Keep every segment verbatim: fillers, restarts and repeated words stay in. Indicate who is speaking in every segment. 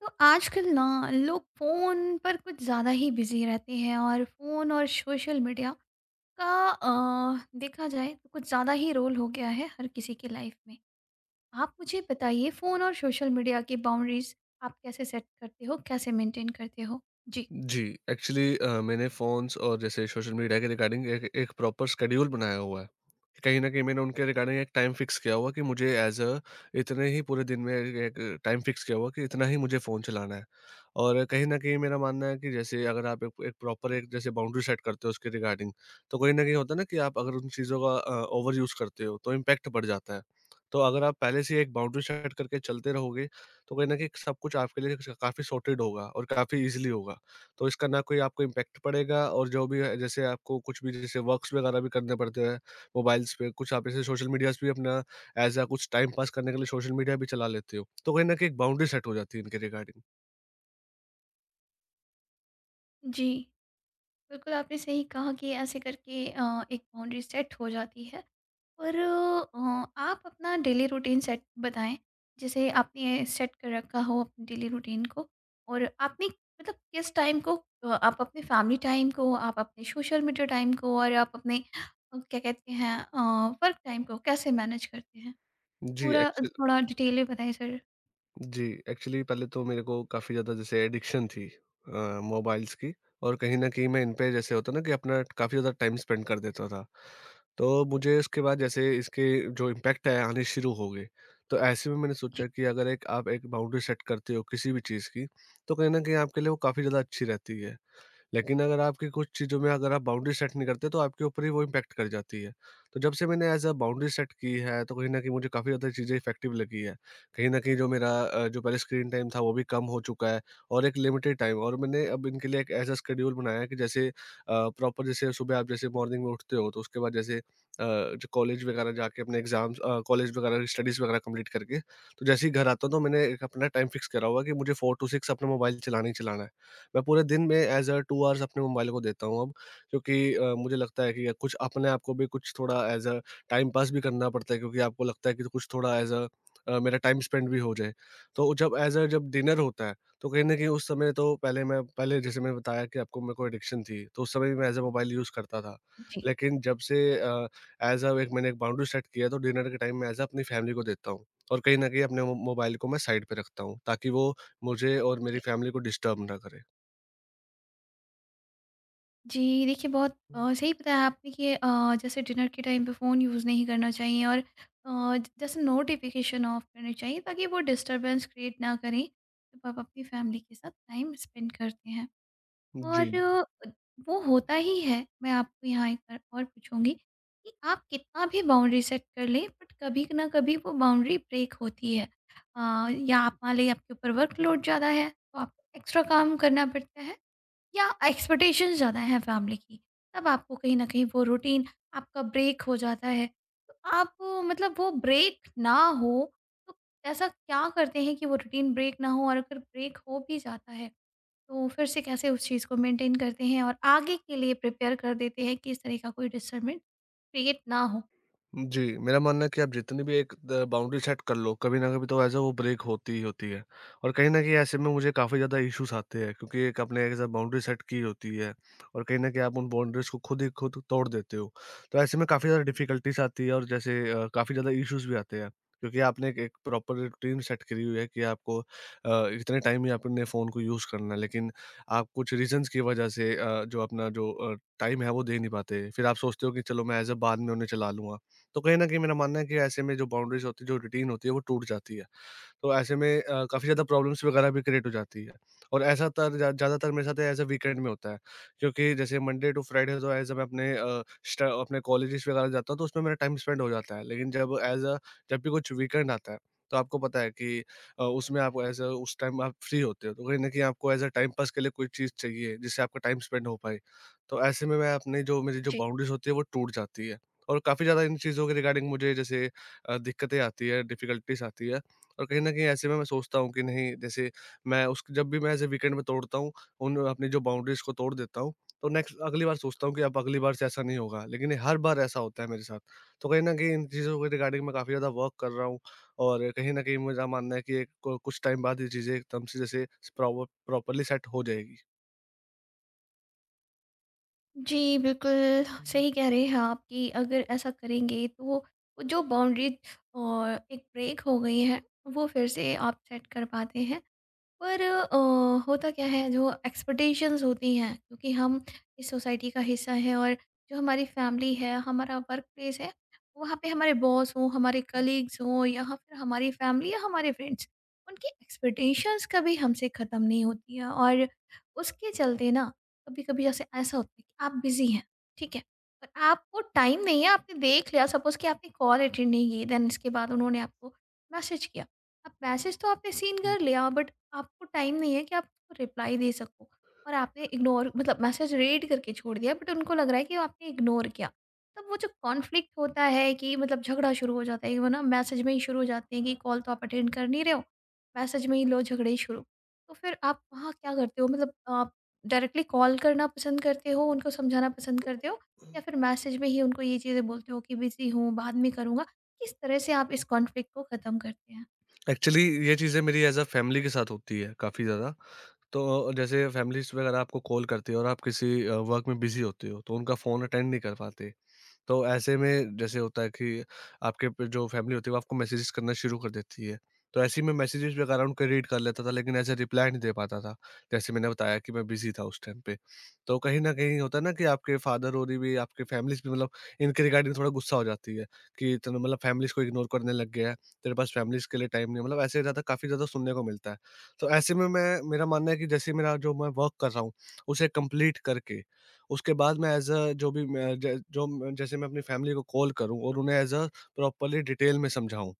Speaker 1: तो आजकल ना लोग फ़ोन पर कुछ ज़्यादा ही बिज़ी रहते हैं और फ़ोन और सोशल मीडिया का अ, देखा जाए तो कुछ ज़्यादा ही रोल हो गया है हर किसी की लाइफ में। आप मुझे बताइए, फ़ोन और सोशल मीडिया की बाउंड्रीज़ आप कैसे सेट करते हो? कैसे मेंटेन करते हो? जी।
Speaker 2: जी, एक्चुअली अ, मैंने फ़ोन्स और जैसे सोशल मीडिया के रिगार्डिंग एक एक प्रॉपर शेड्यूल बनाया हुआ है। कहीं न कहीं मैंने उनके रिगार्डिंग एक टाइम फ़िक्स किया हुआ कि मुझे एज़ अ इतने ही पूरे दिन में एक एक टाइम फ़िक्स किया हुआ कि इतना ही मुझे फ़ोन चलाना है। और कहीं न कहीं मेरा मानना है कि जैसे अगर आप एक एक प्रॉपर एक जैसे बाउंड्री सेट करते हो उसके रिगार्डिंग, तो कहीं न कहीं होता है ना कि आप अगर उन चीज़ों का अ, ओवर यूज़ करते हो, तो इम्पैक्ट बढ़ जाता है। तो अगर आप पहले से ही एक बाउंड्री सेट करके चलते रहोगे, तो कहीं न कहीं सब कुछ आपके लिए स काफ़ी सॉर्टेड होगा और काफ़ी ईज़िली होगा। तो इसका ना कोई आपको इम्पैक्ट पड़ेगा और जो भी है जैसे आपको कुछ भी जैसे वर्क्स वगैरह भी करने पड़ते हैं मोबाइल्स पे, कुछ आप ऐसे सोशल मीडियाज़ भी अपना एज़ अ कुछ टाइम पास करने के लिए सोशल मीडिया भी चला लेते हो। तो कहीं न कहीं एक बाउंड्री सेट हो जाती है इनके रिगार्डिंग।
Speaker 1: जी, बिल्कुल आपने सही कहा कि ऐसे करके अ, एक बाउंड्री सेट हो जाती है। और अ, आप अपना डेली रूटीन सेट बताएँ। जैसे आपने सेट कर रखा हो अपने डेली रूटीन को और आपने, मतलब किस टाइम को अ, आप अपने फैमिली टाइम को, आप अपने सोशल मीडिया टाइम को और आप अपने अ, क्या कहते हैं, अ, वर्क टाइम को कैसे मैनेज करते हैं?
Speaker 2: जी,
Speaker 1: पूरा
Speaker 2: एक्चु
Speaker 1: थोड़ा डिटेल में बताएँ ज़रा।
Speaker 2: जी, एक्चुअली पहले तो मेरे को काफ़ी ज़्यादा जैसे एडिक्शन थी अ, मोबाइल्स की। और कहीं न कहीं मैं इन पे जैसे होता है ना कि अपना काफ़ी ज़्यादा टाइम स्पेंड कर देता था। तो मुझे इसके बाद जैसे इसके जो इम्पैक्ट है आने शुरू हो गए। तो ऐसे में मैंने
Speaker 1: जी।
Speaker 2: सोचा कि अगर एक आप एक बाउंड्री सेट करते हो किसी भी चीज़ की, तो कहीं न कहीं आपके लिए वो काफ़ी ज़्यादा अच्छी रहती है। लेकिन अगर आपकी कुछ चीज़ों में अगर आप बाउंड्री सेट नहीं करते तो आपके ऊपर ही वो इम्पैक्ट कर जाती है। तो जब से मैंने एज़ अ बाउंड्री सेट की है तो कहीं न कहीं मुझे काफ़ी ज़्यादा चीज़ें इफ़ेक्टिव लगी है। कहीं न कहीं जो मेरा अ, जो पहले स्क्रीन टाइम था वो भी कम हो चुका है। और एक लिमिटेड टाइम और मैंने अब इनके लिए एक एज़ अ शेड्यूल बनाया है कि जैसे अ, प्रॉपर जैसे सुबह आप जैसे मॉर्निंग में उठते हो तो उसके बाद जैसे अ, जो कॉलेज वगैरह जाके अपने एग्ज़ाम्स अ, कॉलेज वगैरह स्टडीज़ वगैरह कंप्लीट करके तो जैसे ही घर आता हूँ तो मैंने एक अपना टाइम फिक्स करा हुआ है कि मुझे फ़ोर टू सिक्स अपना मोबाइल चलाना ही चलाना है। मैं पूरे दिन में एज़ अ टू आवर्स अपने मोबाइल को देता हूँ अब, क्योंकि अ, मुझे लगता है कि अ, कुछ अपने आप को भी कुछ थोड़ा एज़ अ टाइम पास भी करना पड़ता है, क्योंकि आपको लगता है कि कुछ थोड़ा एज़ अ अ, मेरा टाइम स्पेंड भी हो जाए। तो जब एज़ अ जब डिनर होता है, तो कहीं न कहीं उस समय तो पहले मैं पहले जैसे मैंने बताया कि आपको मेरे को एडिक्शन थी, तो उस समय भी मैं एज़ अ मोबाइल यूज़ करता था।
Speaker 1: जी, जी,
Speaker 2: लेकिन जब से अ, एज़ अ एक मैंने एक बाउंड्री सेट किया है तो डिनर के टाइम मैं एज़ अ अपनी फैमिली को देता हूँ और कहीं न कहीं अपने मो मोबाइल को मैं साइड पे रखता हूँ, ताकि वो मुझे और मेरी
Speaker 1: जी।
Speaker 2: फैमिली को डिस्टर्ब ना करे।
Speaker 1: जी, देखिए, बहुत अ, सही बताया आपने कि अ, जैसे डिनर के टाइम पे फ़ोन यूज़ नहीं करना चाहिए और अ, ज- जैसे नोटिफ़िकेशन ऑफ करने चाहिए, ताकि वो डिस्टरबेंस क्रिएट ना करें, जब आप अपनी फैमिली के साथ टाइम स्पेंड करते हैं।
Speaker 2: de
Speaker 1: और अ, वो होता ही है, मैं आपको यहाँ एक बार और पूछूँगी कि आप कितना भी बाउंड्री सेट कर लें, बट कभी ना कभी वो बाउंड्री ब्रेक होती है। अ, या आप मान लें, आपके ऊपर वर्कलोड ज़्यादा है, तो आपको एक्स्ट्रा काम करना पड़ता है, या एक्सपेक्टेशंस ज़्यादा हैं फैमिली की, तब आपको कहीं न कहीं वो रूटीन आपका ब्रेक हो जाता है। तो आप, अ, मतलब वो ब्रेक ना हो, तो ऐसा क्या करते हैं कि वो रूटीन ब्रेक ना हो, और अगर ब्रेक हो भी जाता है, तो फिर से कैसे उस चीज़ को मेंटेन करते हैं और आगे के लिए प्रिपेयर कर देते हैं कि इस तरह का कोई डिस्टरबेंस क्रिएट ना हो?
Speaker 2: जी, मेरा मानना है कि आप जितनी भी एक द बाउंड्री सेट कर लो, कभी न कभी तो एज़ अ वो ब्रेक होती ही होती है। और कहीं न कहीं ऐसे में मुझे काफ़ी ज़्यादा इश्यूज़ आते हैं क्योंकि एक आपने एज़ अ बाउंड्री सेट की होती है और कहीं न कहीं आप उन बाउंड्रीज़ को खुद ही खुद तोड़ देते हो। तो ऐसे में काफ़ी ज़्यादा डिफ़िकल्टीज़ आती है और जैसे अ, काफ़ी ज़्यादा इश्यूज़ भी आते हैं क्योंकि आपने एक एक प्रॉपर रूटीन सेट करी हुई है कि आपको अ, इतने टाइम ही आपने फ़ोन को यूज़ करना है, लेकिन आप कुछ रीज़न्स की वजह से अ, जो अपना जो अ, टाइम है वो दे नहीं पाते। फिर आप सोचते हो कि चलो मैं एज़ अ बाद में उन्हें चला लूँगा। तो कहीं न कहीं मेरा मानना है कि ऐसे में जो बाउंड्रीज़ होती है, जो रूटीन होती है, वो टूट जाती है। तो ऐसे में अ, काफ़ी ज़्यादा प्रॉब्लम्स वगैरह भी क्रिएट हो जाती है। और ऐसा तर ज़्या ज़्यादातर मेरे साथ ऐसा वीकेंड में होता है, क्योंकि जैसे मंडे टू फ्राइडे तो एज़ अ मैं अपने अ, स्ट अपने कॉलेजेस वगैरह जाता हूँ तो उसमें मेरा टाइम स्पेंड हो जाता है। लेकिन जब एज़ अ जब भी कुछ वीकेंड आता है तो आपको पता है कि अ, उसमें आप एज़ अ उस टाइम आप फ्री होते हो, तो कहीं न कहीं आपको एज़ अ टाइम पास के लिए कोई चीज़ चाहिए जिससे आपका टाइम स्पेंड हो पाए। तो ऐसे में मैं अपनी जो मेरी जो बाउंड्रीज़ होती है वो टूट जाती है। और काफ़ी ज़्यादा इन चीज़ों के रिगार्डिंग मुझे जैसे अ, दिक्कतें आती है, डिफ़िकल्टीज़ आती है। और कहीं न कहीं ऐसे में मैं सोचता हूँ कि नहीं जैसे मैं उस जब भी मैं ऐसे वीकेंड में तोड़ता हूँ, उन अपनी जो बाउंड्रीज़ को तोड़ देता हूँ, तो नेक्स्ट अगली बार सोचता हूँ कि अब अगली बार से ऐसा नहीं होगा, लेकिन ये हर बार ऐसा होता है मेरे साथ। तो कहीं न कहीं इन चीज़ों के रिगार्डिंग मैं काफ़ी ज़्यादा वर्क कर रहा हूँ और कहीं न कहीं मेरा मानना है कि एक को कुछ टाइम बाद ये चीज़ें एकदम से जैसे प्रॉपर प्रॉपर्ली सेट हो जाएगी।
Speaker 1: जी, बिल्कुल सही कह रहे हैं आप कि अगर ऐसा करेंगे, तो वो जो बाउंड्री और एक ब्रेक हो गई है, वो फिर से आप सेट कर पाते हैं। पर अ, होता क्या है, जो एक्सपेक्टेशंस होती हैं, क्योंकि हम इस सोसाइटी का हिस्सा है और जो हमारी फैमिली है, हमारा वर्क प्लेस है, वहाँ पे हमारे बॉस हों, हमारे कलीग्स हों, या फिर हमारी फैमिली या हमारे फ्रेंड्स, उनकी एक्सपेक्टेशंस कभी हमसे ख़त्म नहीं होती है और उसके चलते ना, कभी कभी जैसे ऐसा होता है कि आप बिजी हैं, ठीक है, और आपको टाइम नहीं है, आपने देख लिया, सपोज कि आपने कॉल अटेंड नहीं की, देन इसके बाद उन्होंने आपको मैसेज किया। अब मैसेज तो आपने सीन कर लिया, बट आपको टाइम नहीं है कि आप उसको रिप्लाई दे सको, और आपने इग्नोर, मतलब मैसेज रीड करके छोड़ दिया, बट उनको लग रहा है कि आपने इग्नोर किया। तब वो जो कॉन्फ्लिक्ट होता है कि, मतलब झगड़ा शुरू हो जाता है, कि वो ना मैसेज में ही शुरू हो जाते हैं कि कॉल तो आप अटेंड कर नहीं रहे हो, मैसेज में ही लो झगड़े शुरू। तो फिर आप वहाँ क्या करते हो? मतलब आप डायरेक्टली कॉल करना पसंद करते हो, उनको समझाना पसंद करते हो, या फिर मैसेज में ही उनको ये चीज़ें बोलते हो कि बिजी हूँ, बाद में करूँगा? किस तरह से आप इस कॉन्फ्लिक्ट को ख़त्म करते हैं?
Speaker 2: एक्चुअली ये चीज़ें मेरी एज़ अ फैमिली के साथ होती है काफ़ी ज़्यादा। तो जैसे फैमिलीज़ वगैरह आपको कॉल करती है और आप किसी अ, वर्क में बिज़ी होते हो, तो उनका फ़ोन अटेंड नहीं कर पाते। तो ऐसे में जैसे होता है कि आपके प जो फैमिली होती है वो आपको मैसेजेस करना शुरू कर देती है। तो ऐसे ही मैं मैसेजेस वगैरह उनका रीड कर लेता था लेकिन ऐसे रिप्लाई नहीं दे पाता था। जैसे मैंने बताया कि मैं बिज़ी था उस टाइम पे। तो कहीं न कहीं होता है ना कि आपके फादर और ये भी आपके फैमिलीज़ भी मतलब इनके रिगार्डिंग थोड़ा गुस्सा हो जाती है कि तूने मतलब फैमिलीज़ को इग्नोर करने लग गया है, तेरे पास फैमिलीज़ के लिए टाइम नहीं है। मतलब ऐसे ज़्यादा काफ़ी ज़्यादा सुनने को मिलता है। तो ऐसे में मैं मेरा मानना है कि जैसे मेरा जो मैं वर्क कर रहा हूँ, उसे कंप्लीट करके उसके बाद मैं एज़ अ जो भी मैं ज जो मैं- जैसे मैं अपनी फैमिली को कॉल करूँ और उन्हें एज़ अ प्रॉपर्ली डिटेल में समझाऊँ।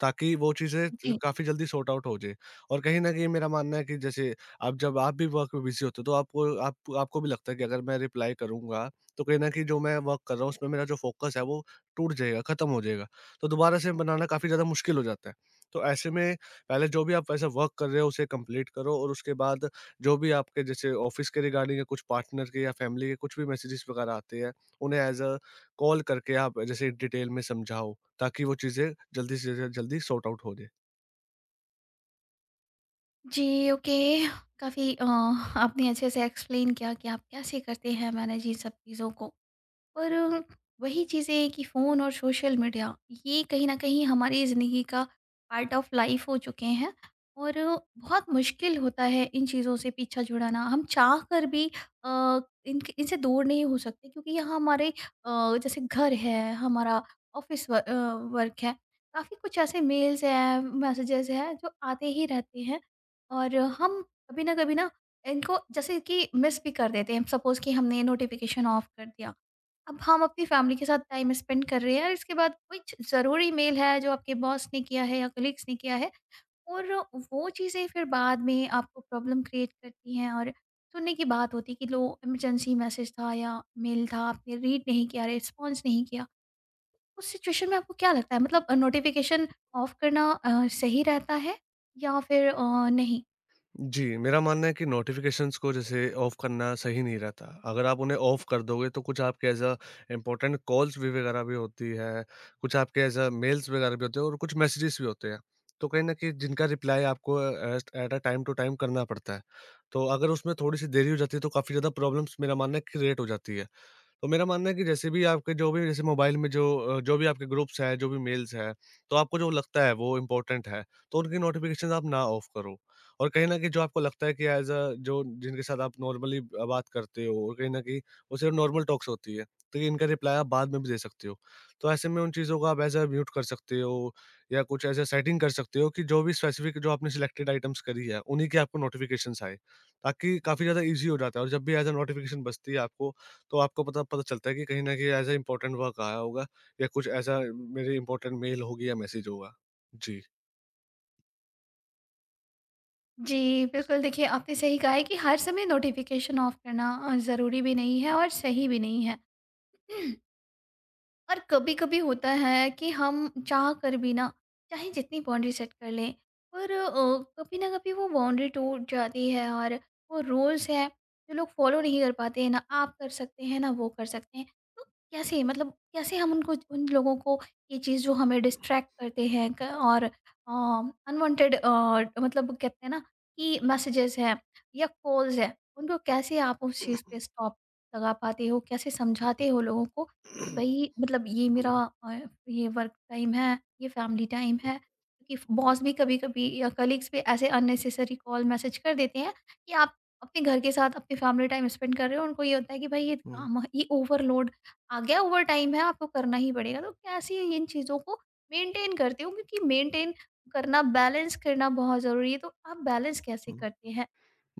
Speaker 2: ताकि वो चीज़ें च काफ़ी जल्दी सॉर्ट आउट हो जाए। और कहीं न कहीं मेरा मानना है कि जैसे आप जब आप भी वर्क में बिज़ी होते हो तो आपको आप आपको भी लगता है कि अगर मैं रिप्लाई करूँगा तो कहीं न कहीं जो मैं वर्क कर रहा हूँ उसमें मेरा जो फ़ोकस है वो टूट जाएगा, ख़त्म हो जाएगा। तो दोबारा से बनाना काफ़ी ज़्यादा मुश्किल हो जाता है। तो ऐसे में पहले जो भी आप ऐसा वर्क कर रहे हो उसे कंप्लीट करो और उसके बाद जो भी आपके जैसे ऑफ़िस के रिगार्डिंग या कुछ पार्टनर के या फैमिली के कुछ भी मैसेजेस वग़ैरह आते हैं, उन्हें एज़ अ कॉल करके आप जैसे डिटेल में समझाओ। ताकि वो चीज़ें जल्दी से ज जल्दी सॉर्ट आउट हो जाए।
Speaker 1: जी, ओके। काफ़ी अ, आपने अच्छे से एक्सप्लेन किया कि आप कैसे करते हैं मैनेज इन सब चीज़ों को। पर वही चीज़ें कि फ़ोन और सोशल मीडिया, ये कहीं न कहीं हमारी ज़िंदगी का पार्ट ऑफ लाइफ़ हो चुके हैं। और बहुत मुश्किल होता है इन चीज़ों से पीछा छुड़ाना। हम चाह कर भी अ, इनक इनसे दूर नहीं हो सकते, क्योंकि यहाँ हमारे अ, जैसे घर है, हमारा ऑफ़िस व अ, वर्क है, काफ़ी कुछ ऐसे मेल्स हैं, मैसेजेज़ हैं जो आते ही रहते हैं, और हम कभी न कभी ना इनको जैसे कि मिस भी कर देते हैं। सपोज़ कि हमने नोटिफ़िकेशन ऑफ़ कर दिया, अब हम अपनी फैमिली के साथ टाइम स्पेंड कर रहे हैं, और इसके बाद कुछ ज़रूरी मेल है, जो आपके बॉस ने किया है या कलीग्स ने किया है। और वो चीज़ें फिर बाद में आपको प्रॉब्लम क्रिएट करती हैं, और सुनने की बात होती है कि लो, इमरजेंसी मैसेज था या मेल था, आपने रीड नहीं किया, रिस्पॉन्स नहीं किया। उस सिचुएशन में आपको क्या लगता है, मतलब नोटिफिकेशन ऑफ करना अ, सही रहता है या फिर अ, नहीं?
Speaker 2: जी, मेरा मानना है कि नोटिफ़िकेशंस को जैसे ऑफ करना सही नहीं रहता। अगर आप उन्हें ऑफ कर दोगे तो कुछ आपके ऐज़ अ इम्पोर्टेंट कॉल्स भी वगैरह भी होती है, कुछ आपके ऐज़ अ मेल्स वगैरह भी होते हैं और कुछ मैसेजेस भी होते हैं। तो कहीं न कहीं जिनका रिप्लाई आपको एस्ट at a time to time करना पड़ता है। तो अगर उसमें थोड़ी-सी देरी हो जाती है तो काफ़ी ज़्यादा प्रॉब्लम्स मेरा मानना है क्रिएट हो जाती है। तो मेरा मानना है कि जैसे भी आपके जो भी जैसे मोबाइल में जो अ, जो भी आपके ग्रुप्स हैं, जो भी मेल्स हैं, तो आपको जो लगता है वो इम्पोर्टेंट है, तो उनकी नोटिफ़िकेशन आप ना ऑफ करो। और कहीं न कहीं जो आपको लगता है कि एज़ अ जो जिनके साथ आप नॉर्मली अ, बात करते हो और कहीं न कहीं वो सिर्फ़ नॉर्मल टॉक्स होती है, तो इनका रिप्लाई आप बाद में भी दे सकते हो। तो ऐसे में उन चीज़ों को आप एज़ अ म्यूट कर सकते हो या कुछ ऐसा सेटिंग कर सकते हो कि जो भी स्पेसिफ़िक जो आपने सिलेक्टेड आइटम्स करी है, उन्हीं की आपको नोटिफ़िकेशंस आए, ताकि काफ़ी ज़्यादा ईज़ी हो जाता है और जब भी एज़ अ नोटिफ़िकेशन बजती है आपको, तो आपको पता पता चलता है कि कहीं न कहीं ऐसा इम्पोर्टेंट वर्क आया होगा या कुछ ऐसा मेरी इम्पोर्टेंट मेल होगी या मैसेज होगा। जी।
Speaker 1: जी, बिल्कुल। देखिए, आपने सही कहा है कि हर समय नोटिफिकेशन ऑफ करना अ, ज़रूरी भी नहीं है और सही भी नहीं है। और कभी कभी होता है कि हम चाह कर भी ना, चाहे जितनी बाउंड्री सेट कर लें, पर अ, कभी ना कभी वो बाउंड्री टूट जाती है, और वो रूल्स हैं जो लोग फॉलो नहीं कर पाते हैं, ना आप कर सकते हैं, ना वो कर सकते हैं। तो कैसे, मतलब कैसे हम उनको, उन लोगों को, ये चीज़ जो हमें डिस्ट्रैक्ट करते हैं क- और अनवांटेड, मतलब कहते हैं ना, कि मैसेजेस हैं या कॉल्स हैं, उनको कैसे आप उस चीज़ पे स्टॉप लगा पाते हो, कैसे समझाते हो लोगों को कि भई, मतलब ये
Speaker 2: हुँ,
Speaker 1: मेरा
Speaker 2: हुँ,
Speaker 1: अ, ये वर्क टाइम है, ये फैमिली टाइम है। क्योंकि बॉस भी कभी-कभी, या कलीग्स भी, ऐसे अननेसेसरी कॉल, मैसेज कर देते हैं कि आप अपने घर के साथ अपनी फैमिली टाइम स्पेंड कर रहे हो। उनको ये होता है कि भाई, ये
Speaker 2: हुँ,
Speaker 1: काम, ये ओवरलोड आ गया, ओवरटाइम है, आपको करना ही पड़ेगा। तो कैसे इन चीज़ों को मेंटेन करते हो? क्योंकि मेंटेन करना, बैलेंस करना बहुत ज़रूरी है। तो आप बैलेंस कैसे
Speaker 2: हुँ।
Speaker 1: करते हैं?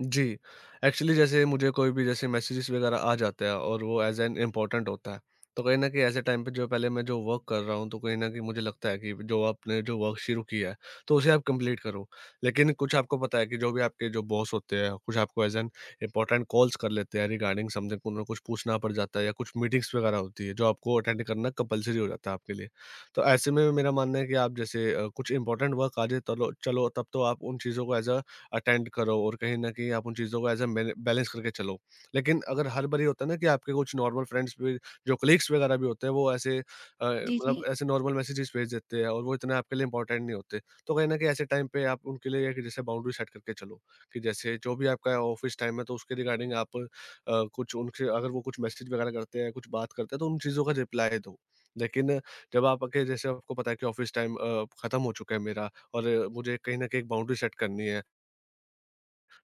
Speaker 2: जी, एक्चुअली जैसे मुझे कोई भी जैसे मैसेजेस वगैरह आ जाते हैं और वो एज़ एन इम्पोर्टेंट होता है, तो कहीं न कहीं ऐसे टाइम पे जो पहले मैं जो वर्क कर रहा हूँ, तो कहीं न कहीं मुझे लगता है कि जो आपने जो वर्क शुरू किया है, तो उसे आप कंप्लीट करो। लेकिन कुछ आपको पता है कि जो भी आपके जो बॉस होते हैं, कुछ आपको एज़ एन इम्पोर्टेंट कॉल्स कर लेते हैं रिगार्डिंग समथिंग, उन्हें कुछ पूछना पड़ जाता है या कुछ मीटिंग्स वगैरह होती है, जो आपको अटेंड करना कंपल्सरी हो जाता है आपके लिए। तो ऐसे में मेरा मानना है कि आप जैसे अ, कुछ इम्पोर्टेंट वर्क आ जाए तलो चलो, तब तो आप उन चीज़ों को एज़ अ अटेंड करो और कहीं न कहीं आप उन चीज़ों को एज़ अ मैने बैलेंस करके चलो। लेकिन अगर हर बारी होता है ना कि आपके कुछ नॉर्मल फ्रेंड्स भी, जो कलीग्स वगैरह भी होते हैं, वो ऐसे अ,
Speaker 1: जी, जी।
Speaker 2: मतलब ऐसे नॉर्मल मैसेजेस भेज देते हैं और वो इतना आपके लिए इम्पोर्टेंट नहीं होते। तो कहीं न कहीं ऐसे टाइम पे आप उनके लिए एक जैसे बाउंड्री सेट करके चलो कि जैसे जो भी आपका ऑफ़िस टाइम है, तो उसके रिगार्डिंग आप अ, कुछ उनसे, अगर वो कुछ मैसेज वगैरह करते हैं, कुछ बात करते हैं, तो उन चीज़ों का रिप्लाई दो। लेकिन जब आपके जैसे आपको पता है कि ऑफ़िस टाइम अ, ख़त्म हो चुका है मेरा, और मुझे कहीं न कहीं एक बाउंड्री सेट करनी है।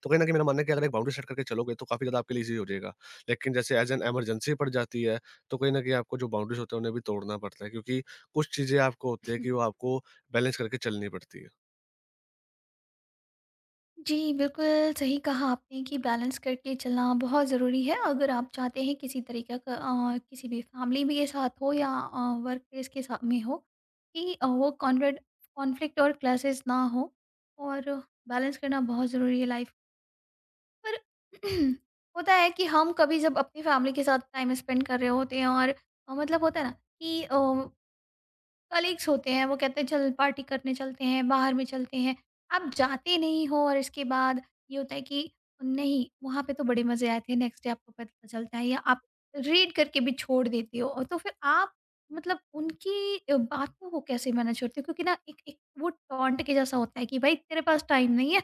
Speaker 2: तो कहीं न कहीं मेरा मानना है कि अगर एक बाउंड्री सेट करके चलोगे, तो काफ़ी ज़्यादा आपके लिए ईज़ी हो जाएगा। लेकिन जैसे एज़ एन इमरजेंसी पड़ जाती है, तो कहीं न कहीं आपको जो बाउंड्रीज़ होते हैं, उन्हें भी तोड़ना पड़ता है, क्योंकि कुछ चीज़ें आपको होती है कि वो आपको बैलेंस करके चलनी पड़ती है।
Speaker 1: जी, बिल्कुल सही कहा आपने कि बैलेंस करके चलना बहुत ज़रूरी है। अगर आप चाहते हैं किसी तरीके का, अ, किसी भी फैमिली भी के साथ हो, या अ, वर्क प्लेस के साथ में हो, कि अ, वो कॉन्वेड कॉन्फ्लिक्ट और क्लैशेज़ ना हो, और बैलेंस करना बहुत ज़रूरी है लाइफ। पर होता है कि हम कभी जब अपनी फैमिली के साथ टाइम स्पेंड कर रहे होते हैं, और अ, मतलब होता है ना कि अ कलीग्स होते हैं, वो कहते हैं, चल पार्टी करने चलते हैं, बाहर में चलते हैं, आप जाते नहीं हो, और इसके बाद ये होता है कि नहीं, वहाँ पे तो बड़े मजे आए थे, नेक्स्ट डे आपको पता चलता है, या आप रीड करके भी छोड़ देते हो। और तो फिर आप, मतलब उनकी अ, बातों को कैसे मैनेज करते हो? क्योंकि ना, एक एक वो टॉन्ट के जैसा होता है कि भाई, तेरे पास टाइम नहीं है,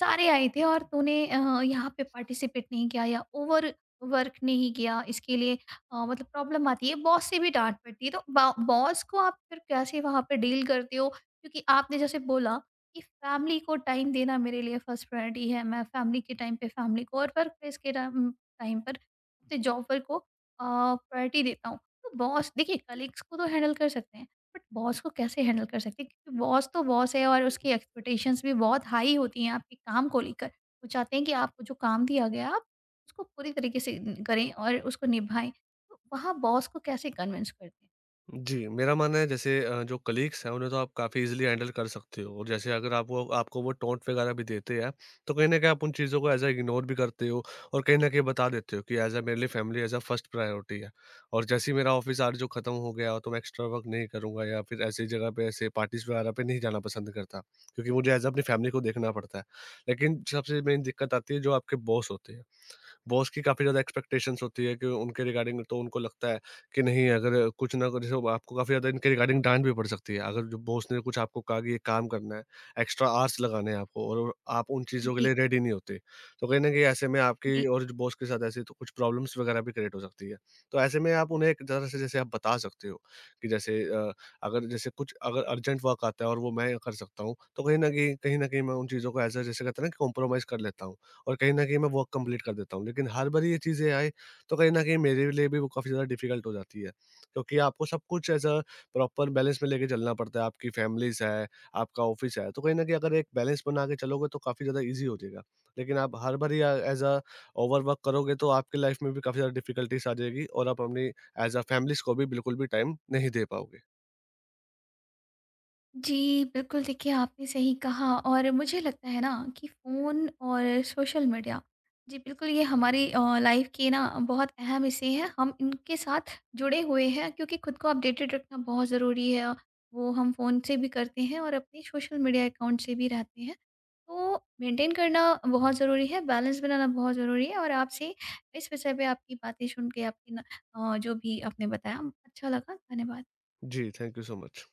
Speaker 1: सारे आए थे और तूने अ, यहाँ पे पार्टिसिपेट नहीं किया, या ओवर वर्क नहीं किया। इसके लिए अ, मतलब प्रॉब्लम आती है, बॉस से भी डाँट पड़ती है। तो बा बॉस को आप फिर कैसे वहाँ पे डील करते हो? क्योंकि आपने जैसे बोला कि फैमिली को टाइम देना मेरे लिए फर्स्ट प्रायोरिटी है, मैं फैमिली के टाइम पे फैमिली को और वर्क प्लेस के टाइम टाइम पर अपने जॉब पर को, अ, प्रायोरिटी देता हूँ। तो बॉस, देखिए, कलीग्स को तो हैंडल कर सकते हैं, बट बॉस को कैसे हैंडल कर सकते हैं? क्योंकि बॉस तो बॉस है, और उसकी एक्सपेक्टेशंस भी बहुत हाई होती हैं आपके काम को लेकर। वो चाहते हैं कि आपको जो काम दिया गया है, आप उसको पूरी तरीके से न- करें और उसको निभाएँ। तो वहाँ बॉस को कैसे कन्विंस करते हैं?
Speaker 2: जी, मेरा मानना है जैसे अ, जो कलीग्स हैं, उन्हें तो आप काफ़ी ईज़िली हैंडल कर सकते हो और जैसे अगर आप वो आपको वो टॉन्ट वग़ैरह भी देते हैं, तो कहीं न कहीं आप उन चीज़ों को एज़ अ इग्नोर भी करते हो और कहीं न कहीं बता देते हो कि एज़ अ मेरे लिए family as a first priority है। और जैसे ही मेरा ऑफ़िस आवर जो ख़त्म हो गया, तो मैं एक्स्ट्रा वर्क नहीं करूँगा या फिर ऐसी जगह पे ऐसे पार्टीज़ वग़ैरह पे नहीं जाना पसंद करता, क्योंकि मुझे एज़ अ अपनी फैमिली को देखना पड़ता है। लेकिन सबसे मेन दिक्कत आती है जो आपके बॉस होते हैं। बॉस की काफ़ी ज़्यादा एक्सपेक्टेशंस होती है कि उनके रिगार्डिंग, तो उनको लगता है कि नहीं, अगर कुछ ना कुछ, जैसे आपको काफ़ी ज़्यादा इनके रिगार्डिंग डांट भी पड़ सकती है। अगर जो बॉस ने कुछ आपको कहा कि ये काम करना है, एक्स्ट्रा आवर्स लगाने हैं आपको, और आप उन चीज़ों के
Speaker 1: जी।
Speaker 2: लिए रेडी नहीं होते। तो कहीं न कहीं ऐसे में
Speaker 1: जी।
Speaker 2: आपकी और बॉस के साथ ऐसी तो कुछ प्रॉब्लम्स वगैरह भी क्रिएट हो सकती है। तो ऐसे में आप उन्हें एक तरह से जैसे आप बता सकते हो कि जैसे अ, अगर जैसे कुछ, अगर अर्जेंट वर्क आता है और वो मैं कर सकता हूँ, तो कहीं न कहीं कहीं न कहीं मैं उन चीज़ों को ऐज़ अ, जैसे कहते हैं ना, कि कॉम्प्रोमाइज़ कर लेता हूँ। और कहीं न कहीं मैं वर्क कंप्लीट कर देता हूँ। लेकिन हर बारी ये चीज़ें आए, तो कहीं न कहीं मेरे लिए भी वो काफ़ी ज़्यादा डिफ़िकल्ट हो जाती है। क्योंकि आपको सब कुछ एज़ अ प्रॉपर बैलेंस में लेके चलना पड़ता है। आपकी फ़ैमिलीज़ है, आपका ऑफ़िस है, तो कहीं न कहीं अगर एक बैलेंस बना के चलोगे, तो काफ़ी ज़्यादा ईज़ी हो जाएगा। लेकिन आप हर बारी अ, एज़ अ ओवरवर्क करोगे, तो आपकी लाइफ़ में भी काफ़ी ज़्यादा डिफ़िकल्टीज़ आ जाएगी और आप अपनी एज़ अ फ़ैमिलीज़ को भी बिल्कुल भी टाइम नहीं दे पाओगे।
Speaker 1: जी, बिल्कुल। देखिए, आपने सही कहा, और मुझे लगता है ना कि फ़ोन और सोशल मीडिया, जी, बिल्कुल, ये हमारी अ, लाइफ़ के ना, बहुत अहम हिस्से हैं। हम इनके साथ जुड़े हुए हैं, क्योंकि खुद को अपडेटेड रखना बहुत ज़रूरी है। वो हम फ़ोन से भी करते हैं और अपने सोशल मीडिया अकाउंट से भी रहते हैं। तो मेंटेन करना बहुत ज़रूरी है, बैलेंस बनाना बहुत ज़रूरी है, और आपसे इस विषय पे आपकी बातें सुन के, आपकी ना, अ, जो भी आपने बताया, अच्छा लगा। धन्यवाद।
Speaker 2: जी, थैंक यू सो मच।